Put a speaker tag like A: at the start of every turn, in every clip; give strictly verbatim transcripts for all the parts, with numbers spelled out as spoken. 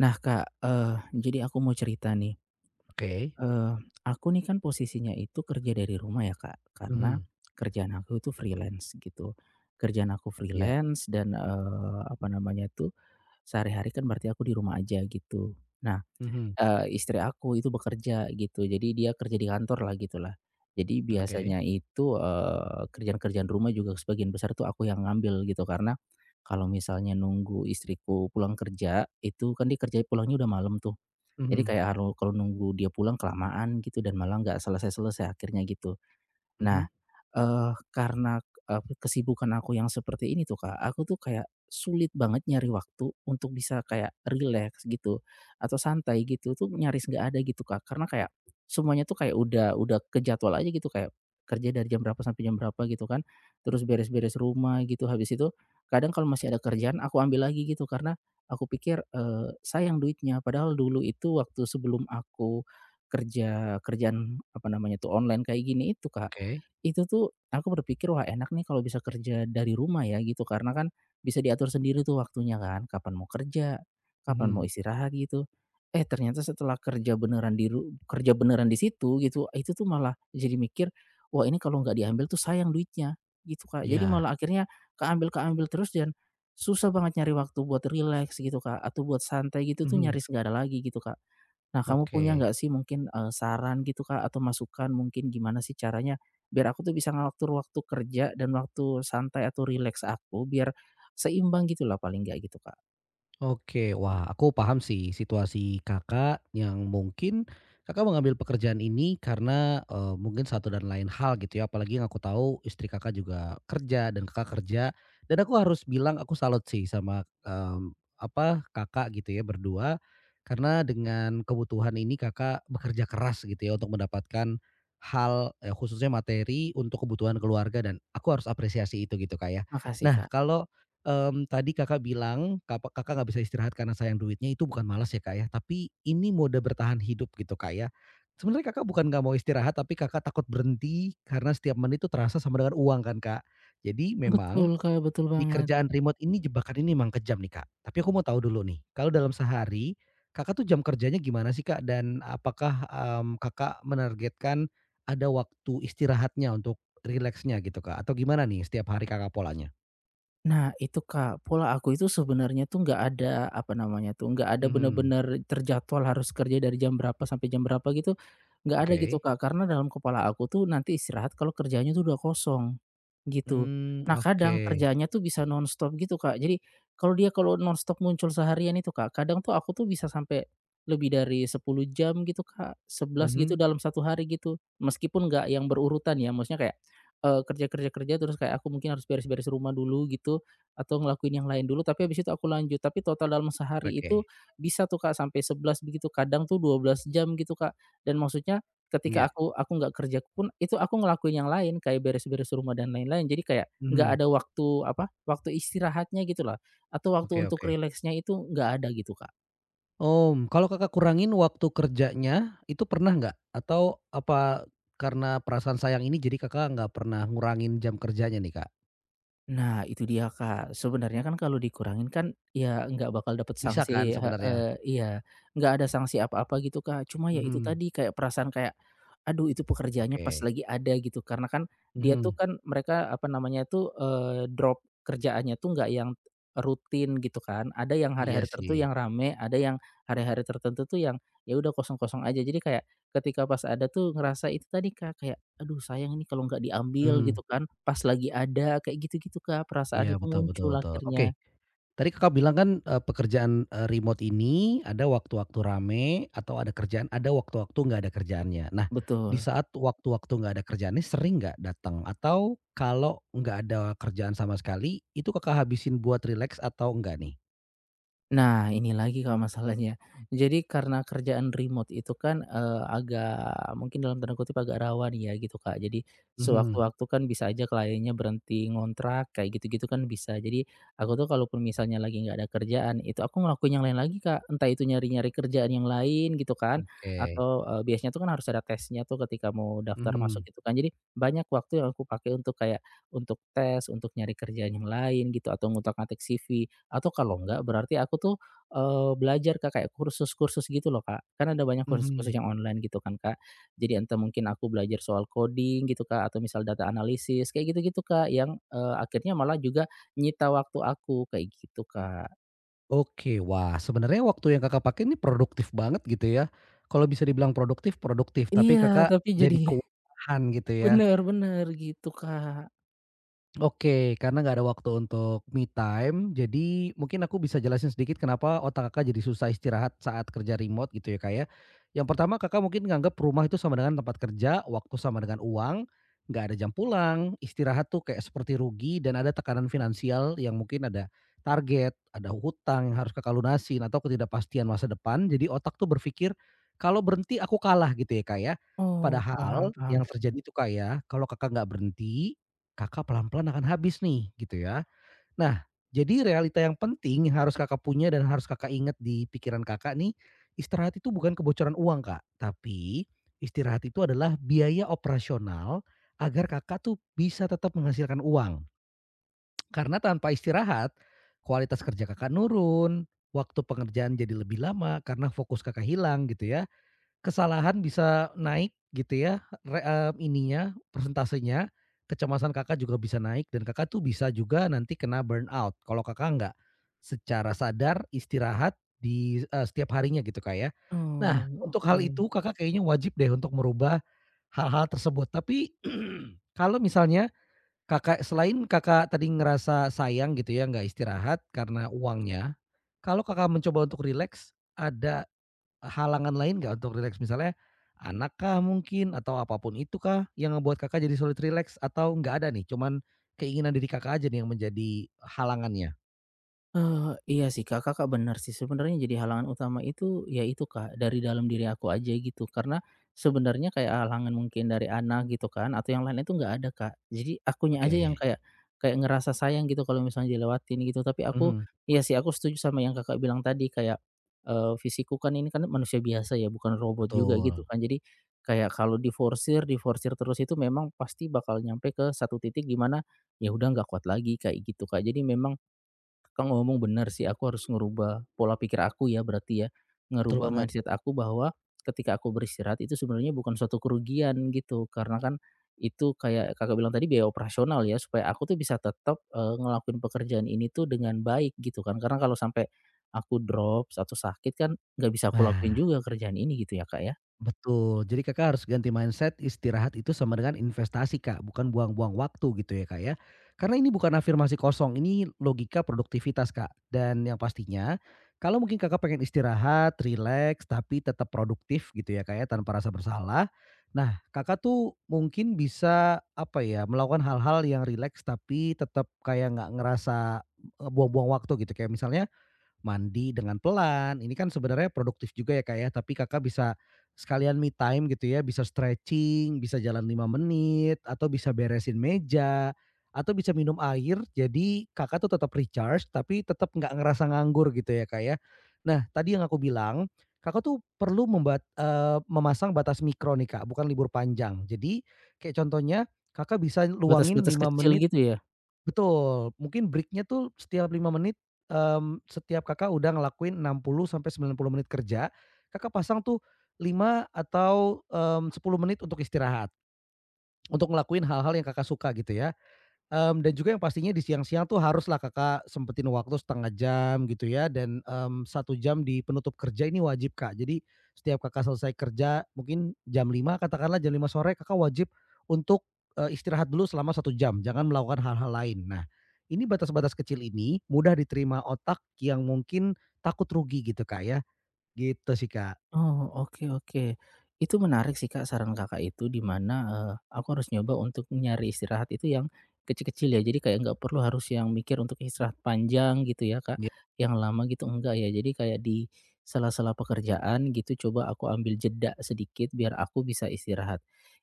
A: Nah Kak, eee, jadi aku mau cerita nih,
B: Oke,
A: eee, aku nih kan posisinya itu kerja dari rumah ya Kak, karena
B: mhm,
A: kerjaan aku itu freelance gitu. Kerjaan aku
B: ya,
A: freelance dan, eee, apa namanya tuh, sehari-hari kan berarti aku di rumah aja gitu. Nah,
B: mhm,
A: eee, istri aku itu bekerja gitu, jadi dia kerja di kantor lah gitulah. Jadi
B: oke,
A: biasanya itu, eee, kerjaan-kerjaan rumah juga sebagian besar tuh aku yang ngambil gitu, karena kalau misalnya nunggu istriku pulang kerja, itu kan dia kerja pulangnya udah malam tuh. Jadi
B: mhm,
A: kayak haru kalau nunggu dia pulang kelamaan gitu dan malah nggak selesai-selesai akhirnya gitu. Nah,
B: mhm,
A: eee, karena, eee, kesibukan aku yang seperti ini tuh, Kak, aku tuh kayak sulit banget nyari waktu untuk bisa kayak relax gitu atau santai gitu tuh nyaris nggak ada gitu, Kak. Karena kayak semuanya tuh kayak udah udah ke jadwal aja gitu, kayak kerja dari jam berapa sampai jam berapa gitu kan, terus beres-beres rumah gitu. Habis itu kadang kalau masih ada kerjaan aku ambil lagi gitu karena aku pikir, eee, sayang duitnya. Padahal dulu itu waktu sebelum aku kerja kerjaan apa namanya tuh, online kayak gini itu, Kak
B: oke.
A: itu tuh aku berpikir, "Wah, enak nih kalau bisa kerja dari rumah ya," gitu. Karena kan bisa diatur sendiri tuh waktunya kan, kapan mau kerja, kapan mau
B: Mhm,
A: istirahat gitu. Eh, ternyata setelah kerja beneran di ru kerja beneran di situ gitu, itu tuh malah jadi mikir, "Wah, ini kalau nggak diambil tuh sayang duitnya," gitu, Kak. Jadi
B: ya,
A: malah akhirnya keambil-keambil terus dan susah banget nyari waktu buat relax gitu, Kak, atau buat santai gitu tuh
B: mhm,
A: nyaris nggak ada lagi gitu, Kak. Nah, kamu punya
B: oke.
A: nggak sih mungkin, eee, saran gitu, Kak, atau masukan mungkin gimana sih caranya biar aku tuh bisa ngatur waktu kerja dan waktu santai atau rileks aku biar seimbang gitulah paling nggak gitu, Kak.
B: Oke, wah aku paham sih situasi Kakak yang mungkin Kakak mengambil pekerjaan ini karena, eee, mungkin satu dan lain hal gitu ya, apalagi yang aku tahu istri Kakak juga kerja dan Kakak kerja, dan aku harus bilang aku salut sih sama, mmm, apa, Kakak gitu ya berdua, karena dengan kebutuhan ini Kakak bekerja keras gitu ya untuk mendapatkan hal, eee, khususnya materi untuk kebutuhan keluarga dan aku harus apresiasi itu gitu, Kak, ya.
A: Makasih,
B: Nah
A: Kak.
B: kalau Mmm, tadi Kakak bilang kapa Kakak nggak bisa istirahat karena sayang duitnya itu bukan malas ya, Kak, ya, tapi ini mode bertahan hidup gitu, Kak, ya. Sebenarnya Kakak bukan nggak mau istirahat, tapi Kakak takut berhenti karena setiap menit itu terasa sama dengan uang kan, Kak. Jadi memang
A: Betul, Kak, betul
B: di
A: banget.
B: kerjaan remote ini jebakan ini memang kejam nih, Kak. Tapi aku mau tahu dulu nih, kalau dalam sehari Kakak tuh jam kerjanya gimana sih, Kak? Dan apakah, mmm, Kakak menargetkan ada waktu istirahatnya untuk rileksnya gitu, Kak? Atau gimana nih setiap hari Kakak polanya?
A: Nah itu Kak, pola aku itu sebenarnya tuh nggak ada, apa namanya tuh, nggak ada
B: Mhm,
A: bener-bener terjadwal harus kerja dari jam berapa sampai jam berapa gitu, nggak ada gitu
B: oke.
A: Kak. Karena dalam kepala aku tuh nanti istirahat kalau kerjanya tuh udah kosong, gitu.
B: Mmm,
A: Nah
B: oke.
A: kadang kerjanya tuh bisa nonstop gitu Kak. Jadi kalau dia kalau nonstop muncul seharian itu Kak, kadang tuh aku tuh bisa sampai lebih dari sepuluh jam gitu Kak, sebelas gitu
B: Mhm,
A: dalam satu hari gitu. Meskipun nggak yang berurutan ya, maksudnya kayak eee, kerja kerja kerja terus kayak aku mungkin harus beres-beres rumah dulu gitu, atau ngelakuin yang lain dulu tapi habis itu aku lanjut. Tapi total dalam sehari itu
B: oke.
A: bisa tuh Kak sampai sebelas begitu, kadang tuh dua belas jam gitu Kak. Dan maksudnya
B: Iya,
A: ketika aku aku nggak kerja pun itu aku ngelakuin yang lain kayak beres-beres rumah dan lain-lain. Jadi kayak nggak
B: mhm,
A: ada waktu apa, waktu istirahatnya gitu lah, atau waktu
B: oke,
A: untuk
B: oke.
A: rileksnya itu nggak ada gitu Kak.
B: Mmm, kalau Kakak kurangin waktu kerjanya, itu pernah nggak? Atau apa karena perasaan sayang ini jadi Kakak nggak pernah ngurangin jam kerjanya nih, Kak?
A: Nah, itu dia, Kak. Sebenarnya kan kalau dikurangin kan, ya nggak bakal dapet
B: Bisa kan
A: sanksi
B: sebenarnya?
A: heeh, iya. Nggak ada sanksi apa-apa gitu, Kak. Cuma ya itu
B: Mhm,
A: tadi, kayak perasaan kayak, aduh itu pekerjaannya pas
B: oke.
A: lagi ada gitu. Karena kan dia tuh
B: Mhm,
A: kan mereka, apa namanya tuh, eee, drop kerjaannya tuh nggak yang rutin gitu kan. Ada yang
B: iya
A: hari-hari tertentu
B: sih.
A: yang rame, ada yang hari-hari tertentu tuh yang, ya udah kosong-kosong aja. Jadi kayak ketika pas ada tuh ngerasa itu tadi, Kak, kayak aduh sayang ini kalau nggak diambil
B: Mhm,
A: gitu kan, pas lagi ada, kayak gitu-gitu Kak, perasaan
B: iya,
A: itu
B: betul,
A: muncul
B: betul, betul. Oke.
A: akhirnya.
B: Tadi Kakak bilang kan, eee, pekerjaan, eee, remote ini ada waktu-waktu rame atau ada kerjaan ada waktu-waktu nggak ada kerjaannya. Nah, di
A: Betul.
B: saat waktu-waktu nggak ada kerjaannya sering nggak datang? Atau kalau nggak ada kerjaan sama sekali, itu Kakak habisin buat relax atau enggak nih?
A: Nah, ini lagi Kak masalahnya. Jadi karena kerjaan remote itu kan, eee, agak mungkin dalam tanda kutip agak rawan ya gitu Kak. Jadi
B: Mhm,
A: sewaktu-waktu kan bisa aja kliennya berhenti ngontrak kayak gitu-gitu kan bisa. Jadi aku tuh kalaupun misalnya lagi nggak ada kerjaan, itu aku ngelakuin yang lain lagi Kak. Entah itu nyari-nyari kerjaan yang lain gitu kan,
B: oke,
A: atau, eee, biasanya tuh kan harus ada tesnya tuh ketika mau daftar masuk
B: mhm,
A: gitu kan. Jadi banyak waktu yang aku pakai untuk kayak, untuk tes, untuk nyari kerjaan yang lain gitu, atau ngutak-ngatik C V. Atau kalau enggak berarti aku tuh, eee, belajar Kak, kayak kursus-kursus gitu loh Kak, kan ada banyak
B: mhm.
A: kursus-kursus yang online gitu kan Kak. Jadi entah mungkin aku belajar soal coding gitu Kak, atau misal data analisis kayak gitu-gitu Kak, yang, eee, akhirnya malah juga nyita waktu aku kayak gitu Kak.
B: Oke, wah sebenarnya waktu yang Kakak pakai ini produktif banget gitu ya. Kalau bisa dibilang produktif, produktif, tapi
A: Iya,
B: Kakak
A: tapi
B: jadi
A: jadi
B: kewalahan gitu ya.
A: Bener bener gitu Kak.
B: Oke, karena nggak ada waktu untuk me time, jadi mungkin aku bisa jelasin sedikit kenapa otak Kakak jadi susah istirahat saat kerja remote gitu ya, Kak, ya. Yang pertama Kakak mungkin nganggap rumah itu sama dengan tempat kerja, waktu sama dengan uang, nggak ada jam pulang, istirahat tuh kayak seperti rugi dan ada tekanan finansial yang mungkin ada target, ada hutang yang harus Kakak lunasin atau ketidakpastian masa depan. Jadi otak tuh berpikir, "Kalau berhenti aku kalah," gitu ya, Kak, ya.
A: Oh, paham
B: Padahal yang
A: paham.
B: terjadi tuh, Kak, ya, kalau Kakak nggak berhenti, Kakak pelan-pelan akan habis nih gitu ya. Nah, jadi realita yang penting yang harus Kakak punya dan harus Kakak ingat di pikiran Kakak nih, istirahat itu bukan kebocoran uang Kak, tapi istirahat itu adalah biaya operasional agar Kakak tuh bisa tetap menghasilkan uang. Karena tanpa istirahat, kualitas kerja Kakak nurun, waktu pengerjaan jadi lebih lama karena fokus Kakak hilang gitu ya. Kesalahan bisa naik gitu ya, re eee, ininya, persentasenya, kecemasan Kakak juga bisa naik dan Kakak tuh bisa juga nanti kena burnout kalau Kakak nggak secara sadar istirahat di, eee, setiap harinya gitu, Kak, ya. Nah,
A: Oh,
B: untuk hal
A: oke.
B: itu Kakak kayaknya wajib deh untuk merubah hal-hal tersebut. Tapi kalau misalnya Kakak selain Kakak tadi ngerasa sayang gitu ya nggak istirahat karena uangnya, kalau Kakak mencoba untuk rileks, ada halangan lain nggak untuk rileks? Misalnya anak kah mungkin atau apapun itu kah yang ngebuat Kakak jadi sulit rileks atau nggak ada nih, cuman keinginan diri Kakak aja nih yang menjadi halangannya?
A: Eee, iya sih Kak, Kakak benar sih sebenarnya jadi halangan utama itu ya itu Kak, dari dalam diri aku aja gitu karena sebenarnya kayak halangan mungkin dari anak gitu kan atau yang lain itu nggak ada Kak, jadi akunya aja yang
B: Oke.
A: kayak kayak ngerasa sayang gitu kalau misalnya dilewatin gitu tapi aku
B: Mhm.
A: iya sih aku setuju sama yang Kakak bilang tadi kayak, eee, fisikku kan ini kan manusia biasa ya bukan robot juga
B: Betul,
A: gitu kan jadi kayak kalau diforsir diforsir terus itu memang pasti bakal nyampe ke satu titik di mana ya udah nggak kuat lagi kayak gitu Kak, jadi memang Kakak ngomong benar sih, aku harus ngerubah pola pikir aku ya berarti ya,
B: betul
A: ngerubah
B: banget.
A: mindset aku bahwa ketika aku beristirahat itu sebenarnya bukan suatu kerugian gitu. Karena kan itu kayak Kakak bilang tadi biaya operasional ya, supaya aku tuh bisa tetap, eee, ngelakuin pekerjaan ini tuh dengan baik gitu kan. Karena kalau sampai aku drop atau sakit kan nggak bisa aku lakuin
B: Nah,
A: juga kerjaan ini gitu ya, Kak, ya?
B: betul, jadi Kakak harus ganti mindset istirahat itu sama dengan investasi Kak, bukan buang-buang waktu gitu ya Kak ya. Karena ini bukan afirmasi kosong, ini logika produktivitas Kak. Dan yang pastinya, kalau mungkin Kakak pengen istirahat, rileks, tapi tetap produktif gitu ya Kak ya, tanpa rasa bersalah. Nah Kakak tuh mungkin bisa, apa ya, melakukan hal-hal yang rileks tapi tetap kayak nggak ngerasa, eee, buang-buang waktu gitu. Kayak misalnya mandi dengan pelan, ini kan sebenarnya produktif juga ya, Kak, ya, tapi Kakak bisa sekalian me time gitu ya, bisa stretching, bisa jalan lima menit, atau bisa beresin meja, atau bisa minum air, jadi Kakak tuh tetap recharge, tapi tetap nggak ngerasa nganggur gitu ya, Kak, ya. Nah, tadi yang aku bilang, Kakak tuh perlu membat eee, memasang batas mikro nih, Kak, bukan libur panjang. Jadi, kayak contohnya Kakak bisa luangin
A: Batas-batas
B: lima
A: kecil
B: menit.
A: gitu ya?
B: Betul, mungkin break-nya tuh setiap lima menit, mmm, setiap Kakak udah ngelakuin enam puluh sampai sembilan puluh menit kerja, Kakak pasang tuh lima atau, mmm, sepuluh menit untuk istirahat, untuk ngelakuin hal-hal yang Kakak suka gitu ya. Mmm, dan juga yang pastinya di siang-siang tuh haruslah Kakak sempetin waktu setengah jam gitu ya dan, mmm, satu jam di penutup kerja ini wajib, Kak. Jadi setiap Kakak selesai kerja mungkin jam lima katakanlah jam lima sore Kakak wajib untuk, eee, istirahat dulu selama satu jam, jangan melakukan hal-hal lain. Nah, ini batas-batas kecil ini mudah diterima otak yang mungkin takut rugi gitu, Kak, ya. Gitu sih, Kak.
A: Oh, oke oke. Itu menarik sih Kak, saran Kakak itu di mana, eee, aku harus nyoba untuk nyari istirahat itu yang kecil-kecil ya. Jadi kayak nggak perlu harus yang mikir untuk istirahat panjang gitu ya Kak,
B: Gi
A: yang lama gitu enggak ya. Jadi kayak di sela-sela pekerjaan gitu coba aku ambil jeda sedikit biar aku bisa istirahat.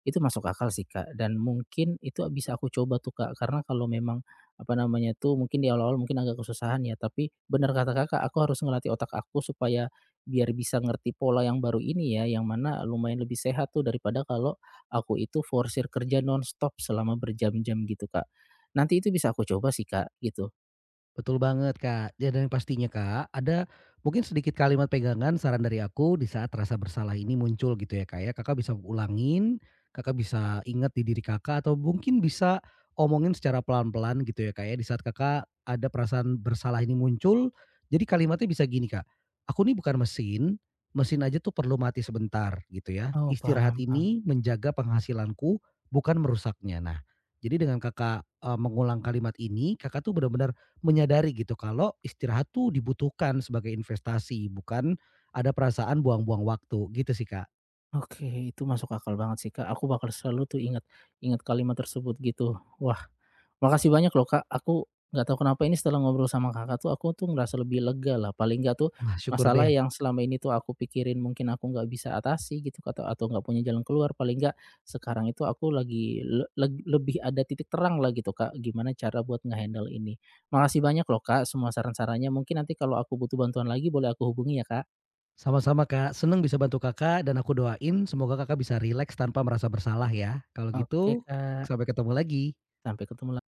A: Itu masuk akal sih Kak, dan mungkin itu bisa aku coba tuh Kak, karena kalau memang, apa namanya tuh, mungkin di awal-awal mungkin agak kesusahan ya, tapi benar kata Kakak, aku harus ngelatih otak aku supaya biar bisa ngerti pola yang baru ini ya, yang mana lumayan lebih sehat tuh daripada kalau aku itu forsir kerja nonstop selama berjam-jam gitu, Kak. Nanti itu bisa aku coba sih, Kak, gitu.
B: Betul banget, Kak. Ya, dan yang pastinya, Kak, ada mungkin sedikit kalimat pegangan saran dari aku di saat rasa bersalah ini muncul gitu ya, Kak, ya. Kakak bisa ulangin, Kakak bisa ingat di diri Kakak atau mungkin bisa omongin secara pelan-pelan gitu ya, Kak, ya. Di saat Kakak ada perasaan bersalah ini muncul, jadi kalimatnya bisa gini, Kak. Aku nih bukan mesin, mesin aja tuh perlu mati sebentar gitu ya.
A: Oh,
B: Istirahat
A: paham paham.
B: ini menjaga penghasilanku, bukan merusaknya. Nah, jadi dengan Kakak, eee, mengulang kalimat ini, Kakak tuh benar-benar menyadari gitu kalau istirahat tuh dibutuhkan sebagai investasi, bukan ada perasaan buang-buang waktu, gitu sih, Kak.
A: Oke, itu masuk akal banget sih, Kak. Aku bakal selalu tuh ingat ingat kalimat tersebut gitu. Wah, makasih banyak loh, Kak. Aku nggak tahu kenapa ini setelah ngobrol sama Kakak tuh aku tuh ngerasa lebih lega lah, paling nggak tuh
B: Wah, syukur
A: masalah
B: deh.
A: yang selama ini tuh aku pikirin mungkin aku nggak bisa atasi gitu atau atau nggak punya jalan keluar, paling nggak sekarang itu aku lagi le leg lebih ada titik terang lah gitu, Kak, gimana cara buat nge-handle ini. Makasih banyak loh, Kak, semua saran-sarannya. Mungkin nanti kalau aku butuh bantuan lagi boleh aku hubungi ya, Kak?
B: Sama-sama, Kak. Seneng bisa bantu Kakak dan aku doain semoga Kakak bisa rileks tanpa merasa bersalah ya. Kalau gitu,
A: Oke, Kak.
B: sampai ketemu lagi.
A: Sampai ketemu lagi.